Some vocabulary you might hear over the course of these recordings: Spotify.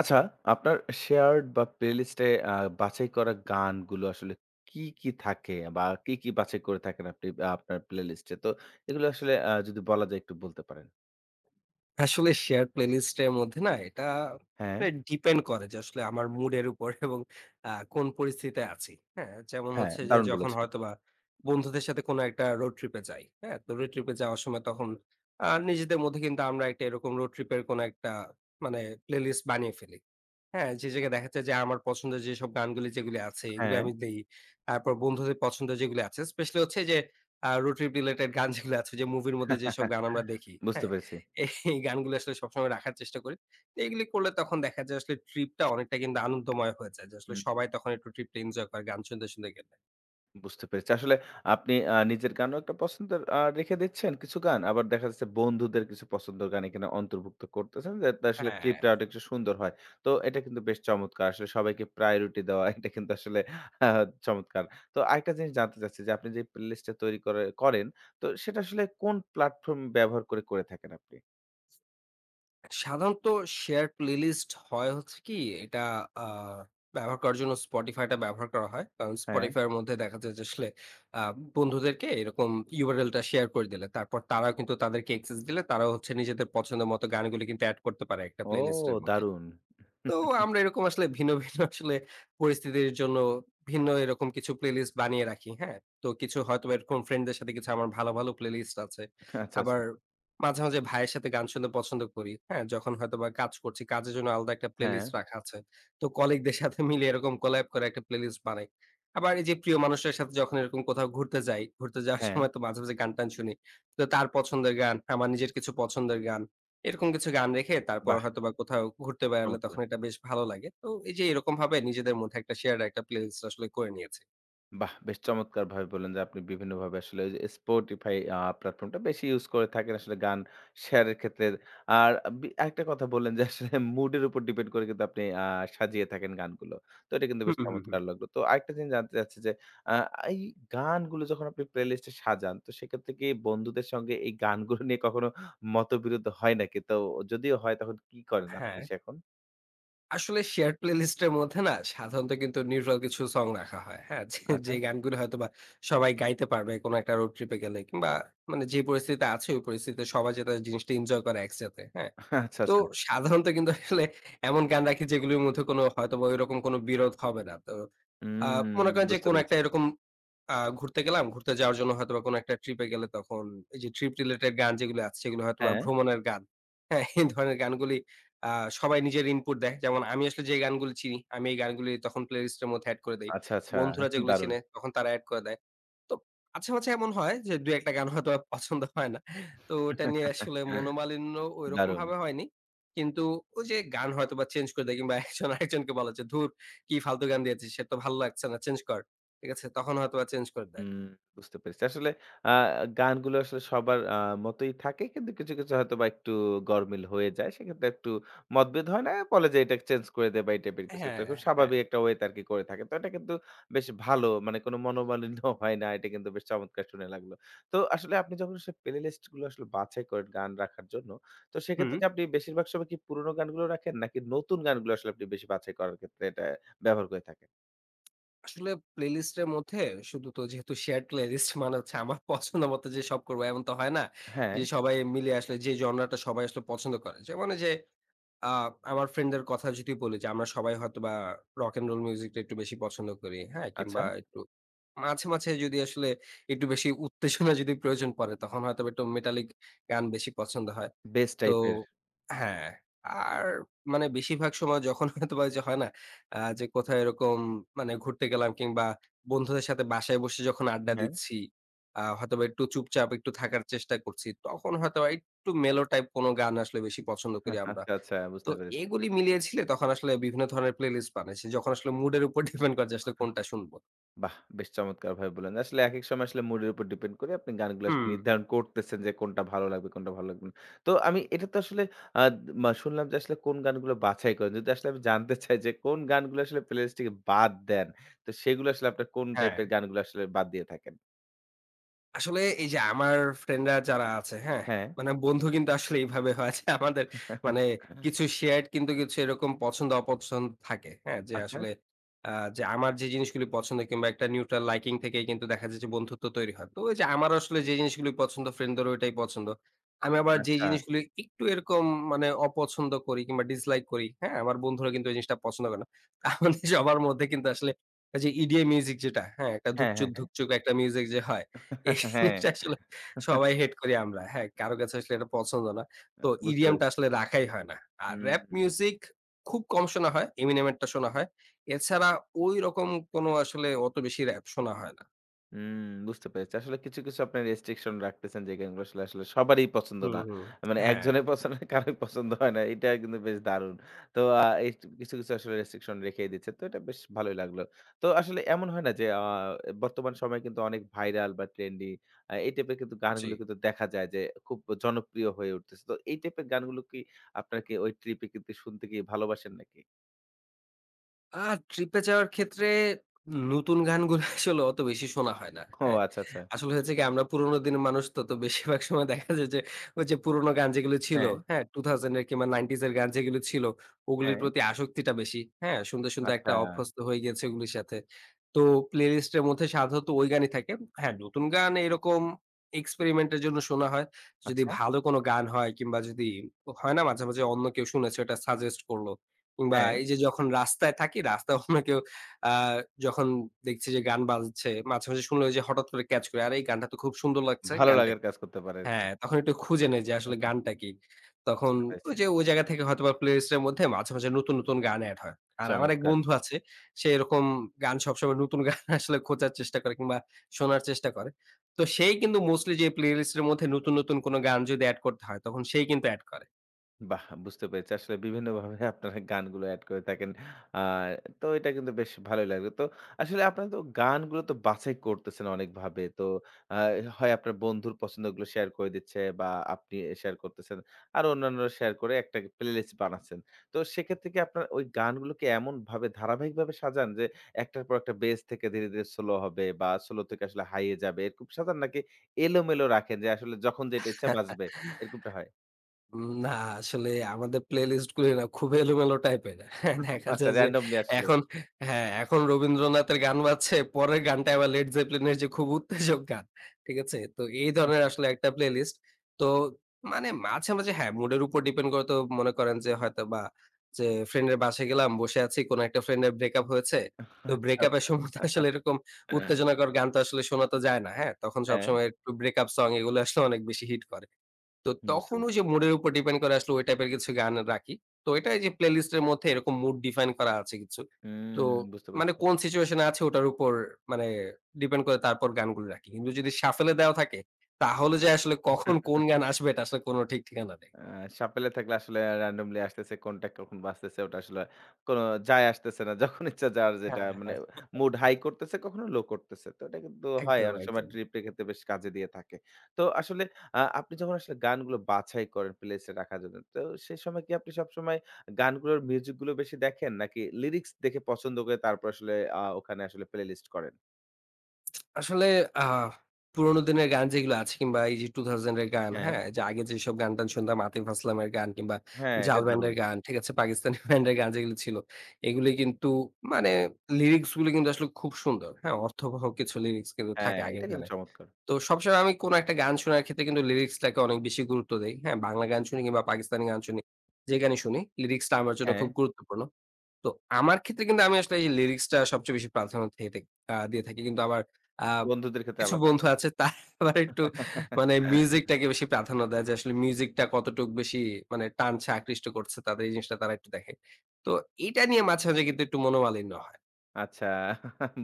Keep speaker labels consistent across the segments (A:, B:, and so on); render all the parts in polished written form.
A: আচ্ছা, আপনার শেয়ার্ড বা প্লেলিস্ট এ বাছাই করা গানগুলো আসলে কি, কি থাকে বা কি, কি বাছাই করে থাকেন আপনি আপনার প্লেলিস্ট এ? তো এগুলো আসলে যদি বলা যায় একটু বলতে পারেন।
B: আসলে শেয়ার প্লেলিস্ট এর মধ্যে না এটা
A: হ্যাঁ,
B: ডিপেন্ড করে যে আসলে আমার মুড এর উপর এবং কোন পরিস্থিতিতে আছি। হ্যাঁ? যেমন
A: হ্যাঁ,
B: হচ্ছে যে
A: দারুণ
B: যখন
A: বলেছেন।
B: হয়তোবা বন্ধুদের সাথে কোনো একটা রোড ট্রিপ এ যাই। হ্যাঁ? তো রোড ট্রিপ এ যাওয়ার সময় তখন নিজেদের মধ্যে কিন্তু আমরা একটা এরকম রোড ট্রিপ এর কোনো একটা মানে প্লেলিস্ট বানিয়ে ফেলি। হ্যাঁ, যে জায়গায় দেখা যায় যে আমার পছন্দের যেসব গানগুলি যেগুলি আছে এগুলি
A: হ্যাঁ,
B: আমি দেই। তারপর বন্ধুদের পছন্দের যেগুলি আছে স্পেশালি হচ্ছে যে রোড ট্রিপ রিলেটেড গান যেগুলো আছে যে মুভির মধ্যে যেসব গান আমরা দেখি,
A: বুঝতে
B: হ্যাঁ?
A: পেরেছি।
B: এই গানগুলো আসলে সবসময় রাখার চেষ্টা করি। তো এগুলি করলে তখন দেখা যায় আসলে ট্রিপটা অনেকটা কিন্তু আনন্দময় হয়ে যায়। যে আসলে
A: হুম।
B: সবাই তখন একটু ট্রিপটা এনজয় করে গান শুনতে, শুনতে গেলে।
A: বুঝতে পেরেছি। আসলে আপনি নিজের গানও একটা পছন্দের রেখে দিচ্ছেন কিছু গান। আবার দেখা যাচ্ছে বন্ধুদের কিছু পছন্দের গান এখানে অন্তর্ভুক্ত করতেছেন যাতে আসলে
B: হ্যাঁ।
A: ট্রিপটা আরেকটু একটু সুন্দর হয়। তো এটা কিন্তু বেশ চমৎকার। আসলে সবাইকে প্রায়োরিটি দেওয়া এটা কিন্তু আসলে আ চমৎকার। তো আরেকটা জিনিস জানতে চাচ্ছি যে আপনি যে প্লেলিস্টটা তৈরি করে করেন তো সেটা আসলে কোন প্ল্যাটফর্ম ব্যবহার করে থাকেন আপনি?
B: সাধারণত শেয়ার প্লেলিস্ট হয় হচ্ছে কি এটা আ ব্যবহার করার জন্য Spotify টা ব্যবহার করা হয়। কারণ
A: হ্যাঁ।
B: Spotify এর মধ্যে দেখা যায় যে আসলে আ বন্ধুদেরকে এরকম URL টা শেয়ার করে দিলে তারপর তারাও কিন্তু তাদেরকে অ্যাক্সেস দিলে তারাও হচ্ছে নিজেদের পছন্দের মতো গানগুলো কিন্তু এড করতে পারে একটা
A: ও
B: প্লেলিস্ট এর মধ্যে।
A: দারুণ!
B: তো আমরা এরকম আসলে ভিন্ন, ভিন্ন আসলে পরিস্থিতির জন্য ভিন্ন এরকম কিছু প্লেলিস্ট বানিয়ে রাখি। হ্যাঁ? তো কিছু হয়তোবা এরকম ফ্রেন্ডদের সাথে কিছু আমার ভালো, ভালো প্লেলিস্ট আছে।
A: আচ্ছা, আচ্ছা।
B: আবার মাঝে, মাঝে ভাইয়ের সাথে গান শুনতে পছন্দ করি। হ্যাঁ? যখন হয়তোবা কাজ করছি, কাজের জন্য আলাদা একটা
A: হ্যাঁ,
B: প্লেলিস্ট রাখা আছে। তো কলিগদের সাথে মিলে এরকম কোলাব করে একটা প্লেলিস্ট বানাই। আবার এই যে প্রিয় মানুষের সাথে যখন এরকম কোথাও ঘুরতে যাই, ঘুরতে যাওয়ার
A: হ্যাঁ।
B: সময় তো মাঝে, মাঝে গান-টান শুনি। তো তার পছন্দের গান, আমার নিজের কিছু পছন্দের গান। এরকম কিছু গান রেখে তারপর
A: বাহ!
B: হয়তোবা কোথাও ঘুরতে বেড়ালে
A: চমৎকার।
B: তখন এটা বেশ ভালো লাগে। তো এই যে এরকম ভাবে নিজেদের মধ্যে একটা শেয়ার্ড একটা প্লেলিস্ট আসলে করে নিয়েছি।
A: বাহ! বেশ চমৎকারভাবে বললেন যে আপনি বিভিন্নভাবে আসলে ওই যে Spotify প্ল্যাটফর্মটা বেশি ইউজ করে থাকেন আসলে গান শেয়ারের ক্ষেত্রে। আর বি আরেকটা কথা বললেন যে আসলে মুডের উপর ডিপেন্ড করে কিন্তু আপনি সাজিয়ে থাকেন গানগুলো। তো এটা কিন্তু
B: হুম,
A: বেশ
B: হুম, হুম।
A: চমৎকার লাগলো। তো আরেকটা জিনিস জানতে চাচ্ছি যে আ এই গানগুলো যখন আপনি প্লেলিস্টে সাজান তো সেক্ষেত্রে কি বন্ধুদের সঙ্গে এই গানগুলো নিয়ে কখনো মতবিরোধ হয় নাকি? তো যদিও হয় তখন কি করেন আপনি
B: হ্যাঁ,
A: সে এখন?
B: আসলে শেয়ার্ড প্লেলিস্ট এর মধ্যে না সাধারণত কিন্তু নিউট্রাল কিছু সং রাখা হয়। হ্যাঁ?
A: আচ্ছা,
B: যে গানগুলো হয়তোবা সবাই গাইতে পারবে কোনো একটা রোড ট্রিপ এ গেলে কিংবা যে পরিস্থিতিতে আছে ওই পরিস্থিতিতে সবাই যাতে জিনিসটা এনজয় করে একসাথে। হ্যাঁ?
A: আচ্ছা,
B: তো
A: আচ্ছা।
B: সাধারণত কিন্তু আসলে এমন গান রাখি যেগুলোর মধ্যে কোনো হয়তোবা ঐরকম কোনো বিরোধ হবে না। তো আ
A: হুম
B: মনে করেন যে
A: বুঝতে
B: কোনো
A: পেরেছি।
B: একটা এরকম ঘুরতে গেলাম, ঘুরতে যাওয়ার জন্য হয়তোবা কোনো একটা ট্রিপে গেলে তখন এই যে ট্রিপ রিলেটেড গান যেগুলো আছে সেগুলো হয়তোবা
A: হ্যাঁ,
B: ভ্রমণের গান। হ্যাঁ? এই ধরনের গানগুলি আ সবাই নিজের ইনপুট দেয়। যেমন আমি আসলে যে গানগুলি চিনি, আমি এই গানগুলি তখন প্লেলিস্টের মধ্যে এড করে দেই।
A: আচ্ছা, আচ্ছা
B: বন্ধুরা যেগুলো
A: দারুণ।
B: চিনে তখন তারা এড করে দেয়। তো মাঝে, মাঝে এমন হয় যে ২-১ টা গান হয়তো আর পছন্দ হয় না। তো ওটা নিয়ে আসলে মনোমালিন্য ঐরকম
A: দারুণ!
B: ভাবে হয়নি। কিন্তু ওই যে গান হয়তোবা চেঞ্জ করে দেয় কিংবা একজন আরেকজনকে বলে যে, "ধুর! কি ফালতু গান দিয়েছিস, সে তো ভালো লাগছে না, চেঞ্জ কর।" ঠিক আছে? তখন হয়তোবা চেঞ্জ করে দেয়।
A: হুম, বুঝতে পেরেছি। আসলে আ গানগুলো আসলে সবার মতই থাকে। কিন্তু কিছু, কিছু হয়তোবা একটু গরমিল হয়ে যায়। সেক্ষেত্রে একটু মতভেদ হয় না। বলে যে এটা চেঞ্জ করে দে বা এই টাইপের কিছু একটা
B: হ্যাঁ,
A: খুব
B: হ্যাঁ।
A: স্বাভাবিক একটা ওয়েতে আরকি করে থাকে। তো এটা কিন্তু বেশ ভালো। মানে কোনো মনোমালিন্য হয় না। এটা কিন্তু বেশ চমৎকার শুনে লাগলো। তো আসলে আপনি যখন আসলে প্লে লিস্ট গুলো আসলে বাছাই করেন গান রাখার জন্য, তো
B: হুম।
A: সেক্ষেত্রে কি আপনি বেশিরভাগ সময় কি পুরোনো গানগুলো রাখেন নাকি নতুন গানগুলো আসলে আপনি বেশি বাছাই করার ক্ষেত্রে এটা ব্যবহার করে থাকেন?
B: আসলে প্লেলিস্ট এর মধ্যে শুধু তো যেহেতু শেয়ার্ড প্লেলিস্ট মানে হচ্ছে আমার পছন্দ মতো যে সব করবো এমন তো হয় না।
A: হ্যাঁ,
B: যে সবাই মিলে আসলে যে জনরাটা সবাই আসলে পছন্দ করে। যেমন এই যে আ আমার ফ্রেন্ডদের কথা যদি বলি যে, আমরা সবাই হয়তোবা রক এন্ড রোল মিউজিকটা একটু বেশি পছন্দ করি। হ্যাঁ?
A: আচ্ছা।
B: কিংবা একটু মাঝে, মাঝে যদি আসলে একটু বেশি উত্তেজনা যদি প্রয়োজন পড়ে, তখন হয়তোবা একটু মেটালিক গান বেশি পছন্দ হয়।
A: বেস
B: তো
A: টাইপের।
B: হ্যাঁ, আর মানে বেশিরভাগ সময় যখন হয়তোবা ওই যে হয় না? যে কোথাও এরকম ঘুরতে গেলাম কিংবা বন্ধুদের সাথে বাসায় বসে যখন আড্ডা
A: হ্যাঁ,
B: দিচ্ছি, হয়তোবা একটু চুপচাপ একটু থাকার চেষ্টা করছি, তখন হয়তোবা একটু মেলো টাইপ কোনো গান আসলে বেশি পছন্দ করি
A: হ্যাঁ,
B: আমরা।
A: আচ্ছা, আচ্ছা
B: তো
A: বুঝতে পেরেছি।
B: এগুলি মিলিয়েছিলে তখন আসলে বিভিন্ন ধরনের প্লেলিস্ট বানাইছি। যখন আসলে মুড এর উপর ডিপেন্ড করে যে আসলে কোনটা শুনবো।
A: বাহ! বেশ চমৎকারভাবে বললেন। আসলে একেক সময় আসলে মুডের উপর ডিপেন্ড করে আপনি গানগুলো আসলে
B: হুম,
A: নির্ধারণ করতেছেন যে কোনটা ভালো লাগবে, কোনটা ভালো লাগবে না। তো আমি এটা তো আসলে আ মা শুনলাম যে আসলে কোন গানগুলো বাছাই করেন। যদি আসলে আমি জানতে চাই যে কোন গানগুলো আসলে প্লেলিস্ট থেকে বাদ দেন? তো সেগুলো আসলে আপনার কোন
B: হ্যাঁ।
A: টাইপের গানগুলো আসলে বাদ দিয়ে থাকেন?
B: আসলে এই যে আমার ফ্রেন্ডরা যারা আছে, হ্যাঁ?
A: হ্যাঁ।
B: মানে বন্ধু কিন্তু আসলে এইভাবে হয় যে আমাদের মানে কিছু শেয়ার্ড কিন্তু কিছু এরকম পছন্দ-অপছন্দ থাকে। হ্যাঁ? যে
A: আচ্ছা,
B: আসলে যে আমার যে জিনিসগুলি পছন্দ কিংবা একটা নিউট্রাল লাইকিং থেকেই কিন্তু দেখা যায় যে বন্ধুত্ব তৈরি হয়। তো ওই যে আমার আসলে যে জিনিসগুলি পছন্দ ফ্রেন্ডদেরও ওইটাই পছন্দ। আমি আবার যে
A: আচ্ছা।
B: জিনিসগুলি একটু এরকম অপছন্দ করি কিংবা ডিসলাইক করি, হ্যাঁ? আমার বন্ধুরা কিন্তু এই জিনিসটা পছন্দ করে না। আমাদের সবার মধ্যে কিন্তু আসলে ওই যে ইডিএম মিউজিক যেটা, হ্যাঁ? একটা
A: হ্যাঁ,
B: ধুপচুক,
A: হ্যাঁ, হ্যাঁ।
B: ধুপচুক একটা মিউজিক যে হয়, এই
A: হ্যাঁ।
B: জিনিসটা আসলে সবাই হেট করি আমরা। হ্যাঁ, কারো কাছে আসলে এটা পছন্দ না। তো
A: বুঝতে
B: ইডিয়াম টা
A: পেরেছি।
B: আসলে রাখাই হয় না। আর
A: হুম।
B: র‍্যাপ মিউজিক খুব কম শোনা হয়। এমিনেমের টা শোনা হয়। এছাড়া ঐরকম কোনো আসলে অত বেশি র‍্যাপ শোনা হয় না।
A: হুম, বুঝতে পেরেছি। আসলে কিছু, কিছু আপনার রেস্ট্রিকশন রাখতেছেন যে গেমগুলো আসলে আসলে সবারই পছন্দ
B: হুম,
A: না।
B: হুম।
A: মানে
B: হ্যাঁ,
A: একজনের পছন্দ কারোই পছন্দ হয় না। এটা কিন্তু বেশ দারুণ। তো এই কিছু, কিছু আসলে রেস্ট্রিকশন রেখেই দিচ্ছেন। তো এটা বেশ ভালোই লাগলো। তো আসলে এমন হয় না যে বর্তমান সময়ে কিন্তু অনেক ভাইরাল বা ট্রেন্ডি এই টাইপের কিন্তু
B: জি।
A: গানগুলো কিন্তু দেখা যায় যে খুব জনপ্রিয় হয়ে উঠতেছে। তো এই টাইপের গানগুলো কি আপনার কি ওই ট্রিপে কিন্তু শুনতে কি ভালোবাসেন নাকি?
B: আর ট্রিপে যাওয়ার ক্ষেত্রে নতুন গানগুলো আসলে অত বেশি শোনা হয় না।
A: ও
B: হ্যাঁ?
A: আচ্ছা, আচ্ছা।
B: আসলে হয়েছে কি আমরা পুরোনো দিনের মানুষ তো, তো বেশিরভাগ সময় দেখা যায় যে ওই যে পুরোনো গান যেগুলো ছিল,
A: হ্যাঁ,
B: হ্যাঁ? 2000 এর কিংবা 90s এর গান যেগুলো ছিল, ওগুলির
A: হ্যাঁ।
B: প্রতি আসক্তিটা বেশি। হ্যাঁ? শুনতে, শুনতে
A: আচ্ছা,
B: একটা অভ্যস্ত হয়ে গিয়েছে ওগুলির সাথে। তো প্লেলিস্ট এর মধ্যে সাধারণত ওই গানই থাকে। হ্যাঁ, নতুন গান এরকম এক্সপেরিমেন্ট এর জন্য শোনা হয়। যদি
A: আচ্ছা।
B: ভালো কোনো গান হয় কিংবা যদি হয় না মাঝে, মাঝে অন্য কেউ শুনেছে ওটা সাজেস্ট করল। কিংবা
A: হ্যাঁ।
B: এই যে যখন রাস্তায় থাকি, রাস্তায় অন্য কেউ আ যখন দেখছি যে গান বাজছে, মাঝে, মাঝে শুনলে ওই যে হঠাৎ করে ক্যাচ করি। আরে এই গানটা তো খুব সুন্দর লাগছে,
A: ভালো
B: গানটা
A: লাগার
B: কি?
A: কাজ করতে পারে আরকি।
B: হ্যাঁ, তখন একটু খুঁজে নেই যে আসলে গানটা কি। তখন
A: বুঝতে পেরেছি।
B: ওই যে ওই জায়গা থেকে হয়তোবা প্লেলিস্ট এর মধ্যে মাঝে, মাঝে নতুন, নতুন গান এড হয়। আর আমার এক
A: চমৎকার!
B: বন্ধু আছে, সে এরকম গান সবসময় নতুন গান আসলে খোঁজার চেষ্টা করে কিংবা শোনার চেষ্টা করে। তো সেই কিন্তু মোস্টলি যে প্লেলিস্ট এর মধ্যে নতুন, নতুন কোন গান যদি এড করতে হয়, তখন সেই কিন্তু এড করে।
A: বাহ! বুঝতে পেরেছি। আসলে বিভিন্নভাবে আপনারা গানগুলো এড করে থাকেন। আ তো এটা কিন্তু বেশ ভালোই লাগলো। তো আসলে আপনারা তো গানগুলো তো বাছাই করতেছেন অনেকভাবে। তো আ হয় আপনার বন্ধুর পছন্দগুলো শেয়ার করে দিচ্ছে বা আপনি শেয়ার করতেছেন। আর অন্যান্যরা শেয়ার করে একটা প্লেলিস্ট বানাচ্ছেন। তো সেক্ষেত্রে কি আপনার ওই গানগুলোকে এমনভাবে ধারাবাহিকভাবে সাজান যে একটার পর একটা বেস থেকে ধীরে, ধীরে স্লো হবে বা স্লো থেকে আসলে হাই এ যাবে এরকম সাজান নাকি এলোমেলো রাখেন যে আসলে যখন যেটা ইচ্ছা বাজবে এরকমটা হয়?
B: না আসলে আমাদের প্লেলিস্ট গুলি না খুব এলোমেলো টাইপের। হ্যাঁ, দেখা
A: আচ্ছা
B: যায় যে
A: র‍্যান্ডমলি আসলে।
B: এখন হ্যাঁ, এখন রবীন্দ্রনাথের গান বাজছে, পরের গানটা আবার লেড জেপলিনের যে খুব উত্তেজক গান। ঠিক আছে? তো এই ধরনের আসলে একটা প্লেলিস্ট। তো মানে মাঝে, মাঝে হ্যাঁ, মুড এর উপর ডিপেন্ড করে তো মনে করেন যে হয়তোবা যে ফ্রেন্ডের বাসায় গেলাম, বসে আছি, কোন একটা ফ্রেন্ডের ব্রেকআপ হয়েছে। তো
A: আচ্ছা,
B: ব্রেকআপ এর
A: আচ্ছা।
B: সময় তো আসলে এরকম উত্তেজনাকর গান তো আসলে শোনা তো যায় না। হ্যাঁ? তখন
A: হ্যাঁ,
B: সবসময় একটু ব্রেকআপ সং এগুলো আসলে অনেক বেশি হিট করে। তো
A: বুঝতে
B: তখন ওই
A: পারছি।
B: যে মুড এর উপর ডিপেন্ড করে আসলে ওই টাইপের কিছু গান রাখি। তো এটা এই যে প্লেলিস্ট এর মধ্যে এরকম মুড ডিফাইন করা আছে কিছু। তো
A: হুম, বুঝতে
B: মানে
A: পারছি।
B: কোন সিচুয়েশন এ আছে ওটার উপর মানে ডিপেন্ড করে তারপর গানগুলো রাখি। কিন্তু যদি শাফেল এ দেওয়া থাকে তাহলে যে আসলে কখন কোন গান আসবে এটা আসলে কোনো ঠিক ঠিকানা নেই।
A: আ সাপেলে থাকলে আসলে randomly আসতেছে, কোনটা কখন বাজতেছে ওটা আসলে কোন যায় আসতেছে না। যখন ইচ্ছা যার যেটা
B: হ্যাঁ,
A: মানে
B: হ্যাঁ।
A: মুড হাই করতেছে, কখনো লো করতেছে। তো এটা কিন্তু হয়
B: একদম,
A: অনেক সময়
B: একদম।
A: ট্রিপের ক্ষেত্রে বেশ কাজে দিয়ে থাকে। তো আসলে আপনি যখন আসলে গানগুলো বাছাই করেন প্লেলিস্টে রাখার জন্য, তো সে সময় কি আপনি সবসময় গানগুলোর মিউজিক গুলো বেশি দেখেন নাকি লিরিক্স দেখে পছন্দ করে তারপর আসলে ওখানে আসলে প্লেলিস্ট করেন?
B: আসলে আহ পুরোনো দিনের গান যেগুলো আছে কিংবা এই যে 2000 এর গান,
A: হ্যাঁ,
B: হ্যাঁ? যে আগে যেসব গান-টান শুনতাম আতিফ আসলামের গান কিংবা
A: হ্যাঁ, এটা
B: জাল
A: দারুণ।
B: ব্যান্ডের গান, ঠিক আছে? পাকিস্তানি ব্যান্ডের গান যেগুলো ছিল, এগুলি কিন্তু মানে লিরিক্স গুলো কিন্তু আসলে খুব সুন্দর, হ্যাঁ? অর্থবহ কিছু লিরিক্স কিন্তু
A: হ্যাঁ,
B: থাকে
A: এটা
B: আগের
A: কিন্তু
B: গানে।
A: চমৎকার।
B: তো সবসময় আমি কোনো একটা গান শোনার ক্ষেত্রে কিন্তু লিরিক্সটাকে অনেক বেশি গুরুত্ব দেই, হ্যাঁ? বাংলা গান শুনি কিংবা পাকিস্তানি গান শুনি, যে গানই শুনি, লিরিক্সটা আমার জন্য
A: হ্যাঁ,
B: খুব গুরুত্বপূর্ণ। তো আমার ক্ষেত্রে কিন্তু আমি আসলে এই লিরিক্সটা সবচেয়ে বেশি প্রাধান্য দিয়ে থাকি। কিন্তু আবার আ
A: বন্ধুদের ক্ষেত্রে
B: কিছু
A: আলাদা।
B: বন্ধু আছে তারা আবার একটু মিউজিকটাকে বেশি প্রাধান্য দেয় যে আসলে মিউজিকটা কতটুকু বেশি টানছে, আকৃষ্ট করছে তাদের এই জিনিসটা তারা একটু দেখে। তো এটা নিয়ে মাঝে, মাঝে কিন্তু একটু মনোমালিন্য হয়।
A: আচ্ছা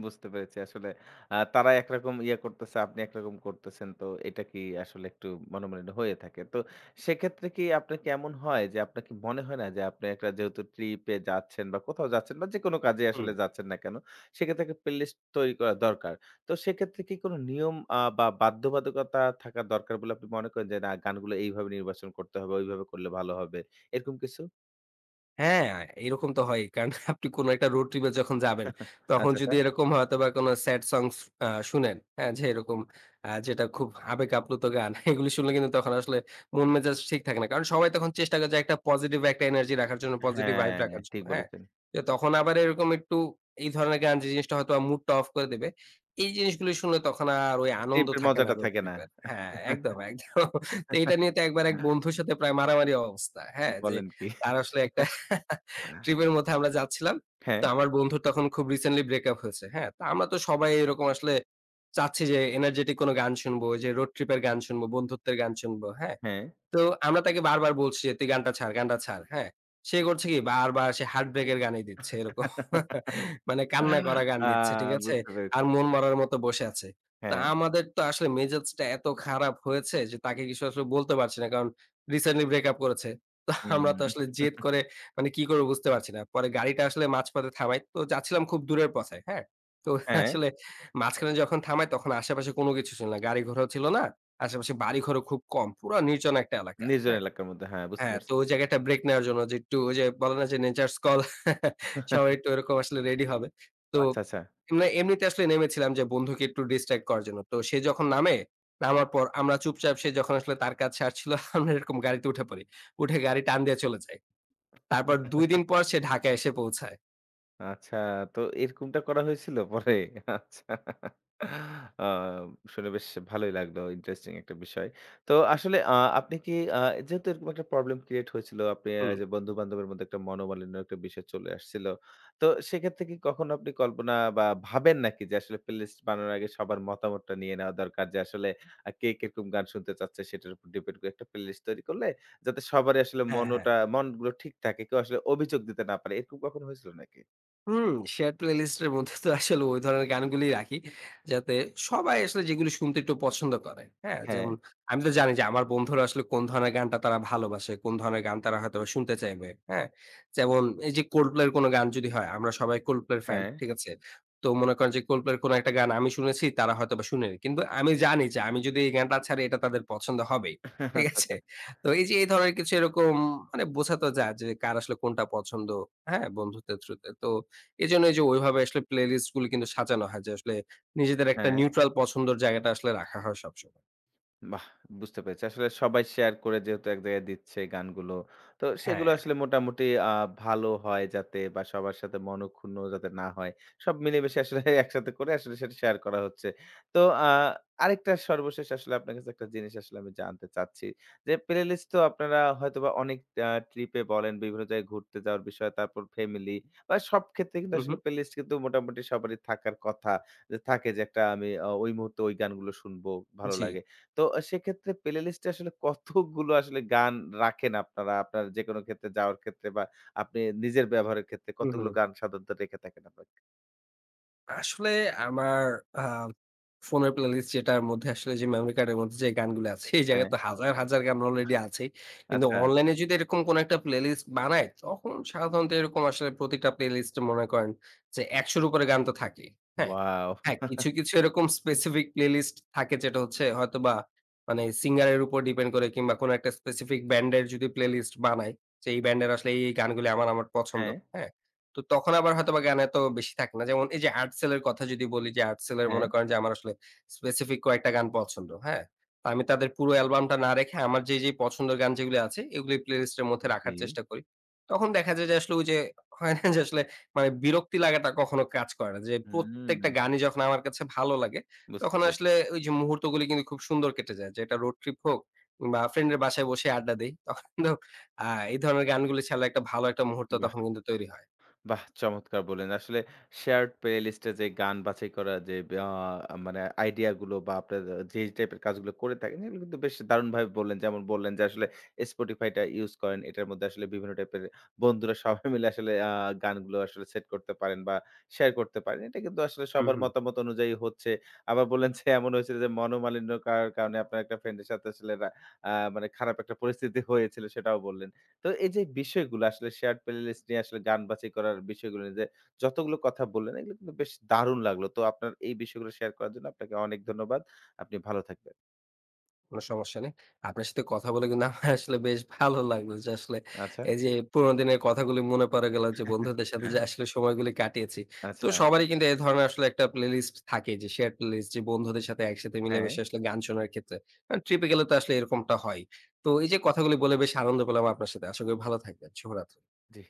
A: বুঝতে পেরেছি আসলে তারা একরকম ইয়ে করতেছে, আপনি একরকম করতেছেন। তো এটা কি আসলে একটু মনোমালিন্য হয়ে থাকে। তো সেক্ষেত্রে কি আপনার কি এমন হয় যে আপনার কি মনে হয় না যে আপনি একটা যেহেতু ট্রিপে যাচ্ছেন বা কোথাও যাচ্ছেন বা যেকোনো কাজে
B: হুম।
A: আসলে যাচ্ছেন না কেন, সেক্ষেত্রে একটা প্লেলিস্ট তৈরি করা দরকার। তো সেক্ষেত্রে কি কোনো নিয়ম বা বাধ্যবাধকতা থাকা দরকার বলে আপনি মনে করেন যে না গানগুলো এইভাবে নির্বাচন করতে হবে, ওইভাবে করলে ভালো হবে। এরকম কিছু?
B: হ্যাঁ, এরকম তো হয়ই। কারণ আপনি কোন একটা রোড ট্রিপ এ যখন যাবেন, তখন
A: আচ্ছা, আচ্ছা।
B: যদি এরকম হয়তোবা কোন স্যাড সংস শুনেন, হ্যাঁ? যে এরকম যেটা খুব আবেগ আপ্লুত গান, এগুলো শুনলে কিন্তু তখন আসলে মন মেজাজ ঠিক থাকে না। কারণ সবাই তখন চেষ্টা করে যে একটা পজিটিভ একটা এনার্জি রাখার জন্য, পজিটিভ ভাইব
A: হ্যাঁ,
B: রাখার জন্য,
A: ঠিক
B: হ্যাঁ?
A: বলেছেন।
B: তো তখন আবার এরকম একটু এই ধরনের গান যে জিনিসটা হয়তো মুডটা অফ করে দেবে, এই জিনিসগুলো শুনলে তখন আর ওই আনন্দ
A: চিপের
B: থাকে না
A: মজাটা
B: রোড
A: থাকে না।
B: ট্রিপ এর। হ্যাঁ, একদম, একদম। তো এটা নিয়ে তো একবার এক বন্ধুর সাথে প্রায় মারামারি অবস্থা, হ্যাঁ? যে
A: বলেন কি?
B: তার আসলে একটা ট্রিপ এর মধ্যে আমরা যাচ্ছিলাম।
A: হ্যাঁ,
B: তো আমার বন্ধুর তখন খুব রিসেন্টলি ব্রেকআপ হয়েছে। হ্যাঁ? তো আমরা তো সবাই এরকম আসলে চাচ্ছি যে এনার্জেটিক কোনো গান শুনবো, ওই যে রোড ট্রিপ এর গান শুনবো, বন্ধুত্বের গান শুনবো। হ্যাঁ?
A: হ্যাঁ।
B: তো আমরা তাকে বারবার বলছি যে, "তুই গানটা ছাড়, গানটা ছাড়।" হ্যাঁ? সে করছে কি? বারবার সে হার্টব্রেক এর গানই দিচ্ছে এরকম। মানে কান্না করা গান
A: আ
B: দিচ্ছে, ঠিক আছে?
A: বুঝতে পেরেছি।
B: আর মন মরার মতো বসে আছে। তো
A: হ্যাঁ,
B: আমাদের তো আসলে মেজাজটা এত খারাপ হয়েছে যে তাকে কিছু আসলে বলতে পারছি না। কারণ রিসেন্টলি ব্রেকআপ করেছে। তো আমরা তো
A: হুম।
B: আসলে জেদ করে কি করব বুঝতে পারছি না। পরে গাড়িটা আসলে মাঝপথে থামাই। তো যাচ্ছিলাম খুব দূরের পথে, হ্যাঁ? তো
A: হ্যাঁ,
B: আসলে মাঝখানে যখন থামাই তখন আশেপাশে কোনো কিছু ছিল না। গাড়ি ঘোড়াও ছিল না। আশেপাশে বাড়িঘরও খুব কম। পুরা নির্জন একটা এলাকা।
A: নির্জন
B: হ্যাঁ?
A: এলাকার মধ্যে। হ্যাঁ, বুঝতে
B: হ্যাঁ,
A: পারছি।
B: তো ওই জায়গাটা ব্রেক নেওয়ার জন্য যে একটু ওই যে বলে না যে নেচারস কল সবাই একটু ওরকম আসলে রেডি হবে। তো
A: আচ্ছা,
B: এমনে এমনিতে আসলে নেমেছিলাম যে বন্ধুকে একটু ডিস্ট্রাক্ট করার জন্য। তো সে যখন নামে, নামার পর আমরা চুপচাপ সে যখন আসলে তার কাজ সারছিল আমরা এরকম গাড়িতে উঠে পড়ি। উঠে গাড়ি টান দিয়ে চলে যাই। তারপর ২
A: আচ্ছা।
B: দিন পর সে ঢাকায় এসে পৌঁছায়।
A: আচ্ছা, তো এরকমটা করা হয়েছিল পরে? আচ্ছা। আ শুনে বেশ ভালোই লাগলো। ইন্টারেস্টিং একটা বিষয়। তো আসলে আপনি কি যেহেতু এরকম একটা প্রবলেম ক্রিয়েট হয়েছিল, আপনি
B: হুম।
A: যে বন্ধু-বান্ধবের মধ্যে একটা মনোমালিন্য একটা বিষয় চলে আসছিল। তো সেক্ষেত্রে কি কখনো আপনি কল্পনা বা ভাবেন নাকি যে আসলে প্লেলিস্ট বানানোর আগে সবার মতামতটা নিয়ে নেওয়া দরকার যে আসলে কে কিরকম গান শুনতে চাচ্ছে সেটার উপর ডিপেন্ড করে একটা প্লেলিস্ট তৈরি করলে যাতে সবারই আসলে
B: হ্যাঁ, হ্যাঁ।
A: মনোটা মনগুলো ঠিক থাকে। কেউ আসলে অভিযোগ দিতে না পারে। এরকম কখনো হয়েছিল নাকি?
B: হুম, শেয়ার প্লেলিস্ট এর মধ্যে তো আসলে ওই ধরনের গানগুলি রাখি। যাতে সবাই আসলে যেগুলো শুনতে একটু পছন্দ করে। হ্যাঁ?
A: হ্যাঁ,
B: যেমন আমি তো জানি যে আমার বন্ধুরা আসলে কোন ধরনের গানটা তারা ভালোবাসে, কোন ধরনের গান তারা হয়তোবা শুনতে চাইবে। হ্যাঁ? যেমন এই যে Coldplay এর কোন গান যদি হয়, আমরা সবাই Coldplay এর ফ্যান।
A: হ্যাঁ।
B: ঠিক আছে? তো মনে করেন যে Coldplay এর কোন একটা গান আমি শুনেছি, তারা হয়তোবা শুনেনি। কিন্তু আমি জানি যে আমি যদি এই গানটা ছাড়ি এটা তাদের পছন্দ হবেই।
A: আচ্ছা,
B: ঠিক আছে?
A: আচ্ছা।
B: তো এই যে এই ধরনের কিছু এরকম বোঝা তো যায় যে কার আসলে কোনটা পছন্দ। হ্যাঁ? বন্ধুত্বের থ্রুতে। তো এজন্য এই যে ওইভাবে আসলে প্লেলিস্ট গুলো কিন্তু সাজানো হয় যে আসলে নিজেদের একটা
A: হ্যাঁ।
B: নিউট্রাল পছন্দের জায়গাটা আসলে রাখা হয় সবসময়।
A: বাহ! বুঝতে পেরেছি। আসলে সবাই শেয়ার করে যেহেতু এক জায়গায় দিচ্ছে গানগুলো, তো সেগুলো
B: হ্যাঁ।
A: আসলে মোটামুটি আ ভালো হয় যাতে বা সবার সাথে মনোক্ষুণ্ণ যাতে না হয়। সব মিলেমিশে আসলে একসাথে করে আসলে সেটা শেয়ার করা হচ্ছে। তো আ আরেকটা সর্বশেষ আসলে আপনার কাছে একটা জিনিস আসলে আমি জানতে চাচ্ছি যে, প্লে লিস্ট তো আপনারা হয়তোবা অনেক ট্রিপে বলেন, বিভিন্ন জায়গায় ঘুরতে যাওয়ার বিষয়, তারপর ফ্যামিলি বা সব ক্ষেত্রে কিন্তু
B: হু, হু।
A: আসলে প্লে লিস্ট কিন্তু মোটামুটি সবারই থাকার কথা। যে থাকে যে একটা আমি ওই মুহূর্তে ওই গানগুলো শুনবো, ভালো
B: জি।
A: লাগে। তো সেক্ষেত্রে প্লে লিস্টে আসলে কতগুলো আসলে গান রাখেন আপনারা? আপনার যেকোনো ক্ষেত্রে যাওয়ার ক্ষেত্রে বা আপনি নিজের ব্যবহারের ক্ষেত্রে
B: হু, হু।
A: কতগুলো গান সাধারণত রেখে থাকেন আপনার?
B: আসলে আমার আ ফোনের প্লেলিস্ট যেটার মধ্যে আসলে যে মেমোরি কার্ডের মধ্যে যে গানগুলো আছে, এই জায়গায়
A: হ্যাঁ,
B: তো হাজার, হাজার গান অলরেডি আছেই। কিন্তু
A: আচ্ছা।
B: অনলাইনে যদি এরকম কোন একটা প্লেলিস্ট বানাই, তখন সাধারণত এরকম আসলে প্রতিটা প্লেলিস্ট মনে করেন যে ১০০ র উপরে গান তো থাকেই। হ্যাঁ?
A: ওয়াও!
B: হ্যাঁ, কিছু, কিছু এরকম স্পেসিফিক প্লেলিস্ট থাকে যেটা হচ্ছে হয়তোবা সিঙ্গার এর উপর ডিপেন্ড করে কিংবা কোন একটা স্পেসিফিক ব্যান্ড এর যদি প্লেলিস্ট বানাই, যে এই ব্যান্ডের আসলে এই, এই গানগুলি আমার, আমার পছন্দ।
A: হ্যাঁ,
B: হ্যাঁ? তো তখন আবার হয়তোবা গান এত বেশি থাকে না। যেমন এই যে আর্টসেল এর কথা যদি বলি যে আর্টসেল এর
A: হ্যাঁ।
B: মনে করেন যে আমার আসলে স্পেসিফিক কয়েকটা গান পছন্দ। হ্যাঁ? তো আমি তাদের পুরো অ্যালবামটা না রেখে আমার যেই, যেই পছন্দের গান যেগুলো আছে এগুলি প্লেলিস্ট এর মধ্যে রাখার
A: জি।
B: চেষ্টা করি। তখন দেখা যায় যে আসলে ওই যে হয় না যে আসলে বিরক্তি লাগাটা কখনো কাজ করে না। যে
A: হুম,
B: প্রত্যেকটা গানই যখন আমার কাছে ভালো লাগে
A: বুঝতে
B: তখন
A: পেরেছি।
B: আসলে ওই যে মুহূর্তগুলি কিন্তু খুব সুন্দর কেটে যায়। যে এটা রোড ট্রিপ হোক বা ফ্রেন্ড এর বাসায় বসে আড্ডা দেই। তখন তো এই ধরনের গানগুলি ছাড়া একটা ভালো একটা মুহূর্ত
A: বাহ!
B: তখন কিন্তু তৈরি হয়। না।
A: বাহ! চমৎকার বললেন। আসলে shared playlist এ যে গান বাছাই করার যে আ মানে আইডিয়া গুলো বা আপনার যে টাইপের কাজগুলো করে থাকেন, এগুলো কিন্তু বেশ দারুণভাবে বললেন। যেমন বললেন যে আসলে Spotify টা ইউজ করেন। এটার মধ্যে আসলে বিভিন্ন টাইপের বন্ধুরা সবাই মিলে আসলে গানগুলো আসলে সেট করতে পারেন বা শেয়ার করতে পারেন। এটা কিন্তু আসলে
B: হুম,
A: সবার
B: হুম।
A: মতামত অনুযায়ী হচ্ছে। আবার বললেন যে এমন হয়েছিল যে মনোমালিন্য কার কারণে আপনার একটা ফ্রেন্ড এর সাথে আসলে রা আ মানে খারাপ একটা পরিস্থিতি হয়েছিল সেটাও বললেন। তো এই যে বিষয়গুলো আসলে শেয়ার্ড প্লেলিস্ট নিয়ে আসলে গান বাছাই করার বিষয়গুলো নিয়ে যে যতগুলো কথা বললেন, এগুলো কিন্তু বেশ দারুণ লাগলো। তো আপনার এই বিষয়গুলো শেয়ার করার জন্য আপনাকে অনেক ধন্যবাদ। আপনি ভালো থাকবেন।
B: কোনো সমস্যা নেই। আপনার সাথে কথা বলে কিন্তু আমার আসলে বেশ ভালো লাগলো যে আসলে
A: আচ্ছা।
B: এই যে পুরোনো দিনের কথাগুলি মনে পড়ে গেল যে বন্ধুদের সাথে যে আসলে সময়গুলি কাটিয়েছি। তো
A: আচ্ছা,
B: সবারই কিন্তু এ ধরনের আসলে একটা প্লেলিস্ট থাকে যে শেয়ার প্লেলিস্ট যে বন্ধুদের সাথে একসাথে
A: হ্যাঁ,
B: মিলেমিশে আসলে গান শোনার ক্ষেত্রে। কারণ ট্রিপে গেলে তো আসলে এরকমটা হয়। তো এই যে কথাগুলি বলে বেশ আনন্দ পেলাম আপনার সাথে। আশা করি ভালো থাকবেন। শুভরাত্রি।
A: জি।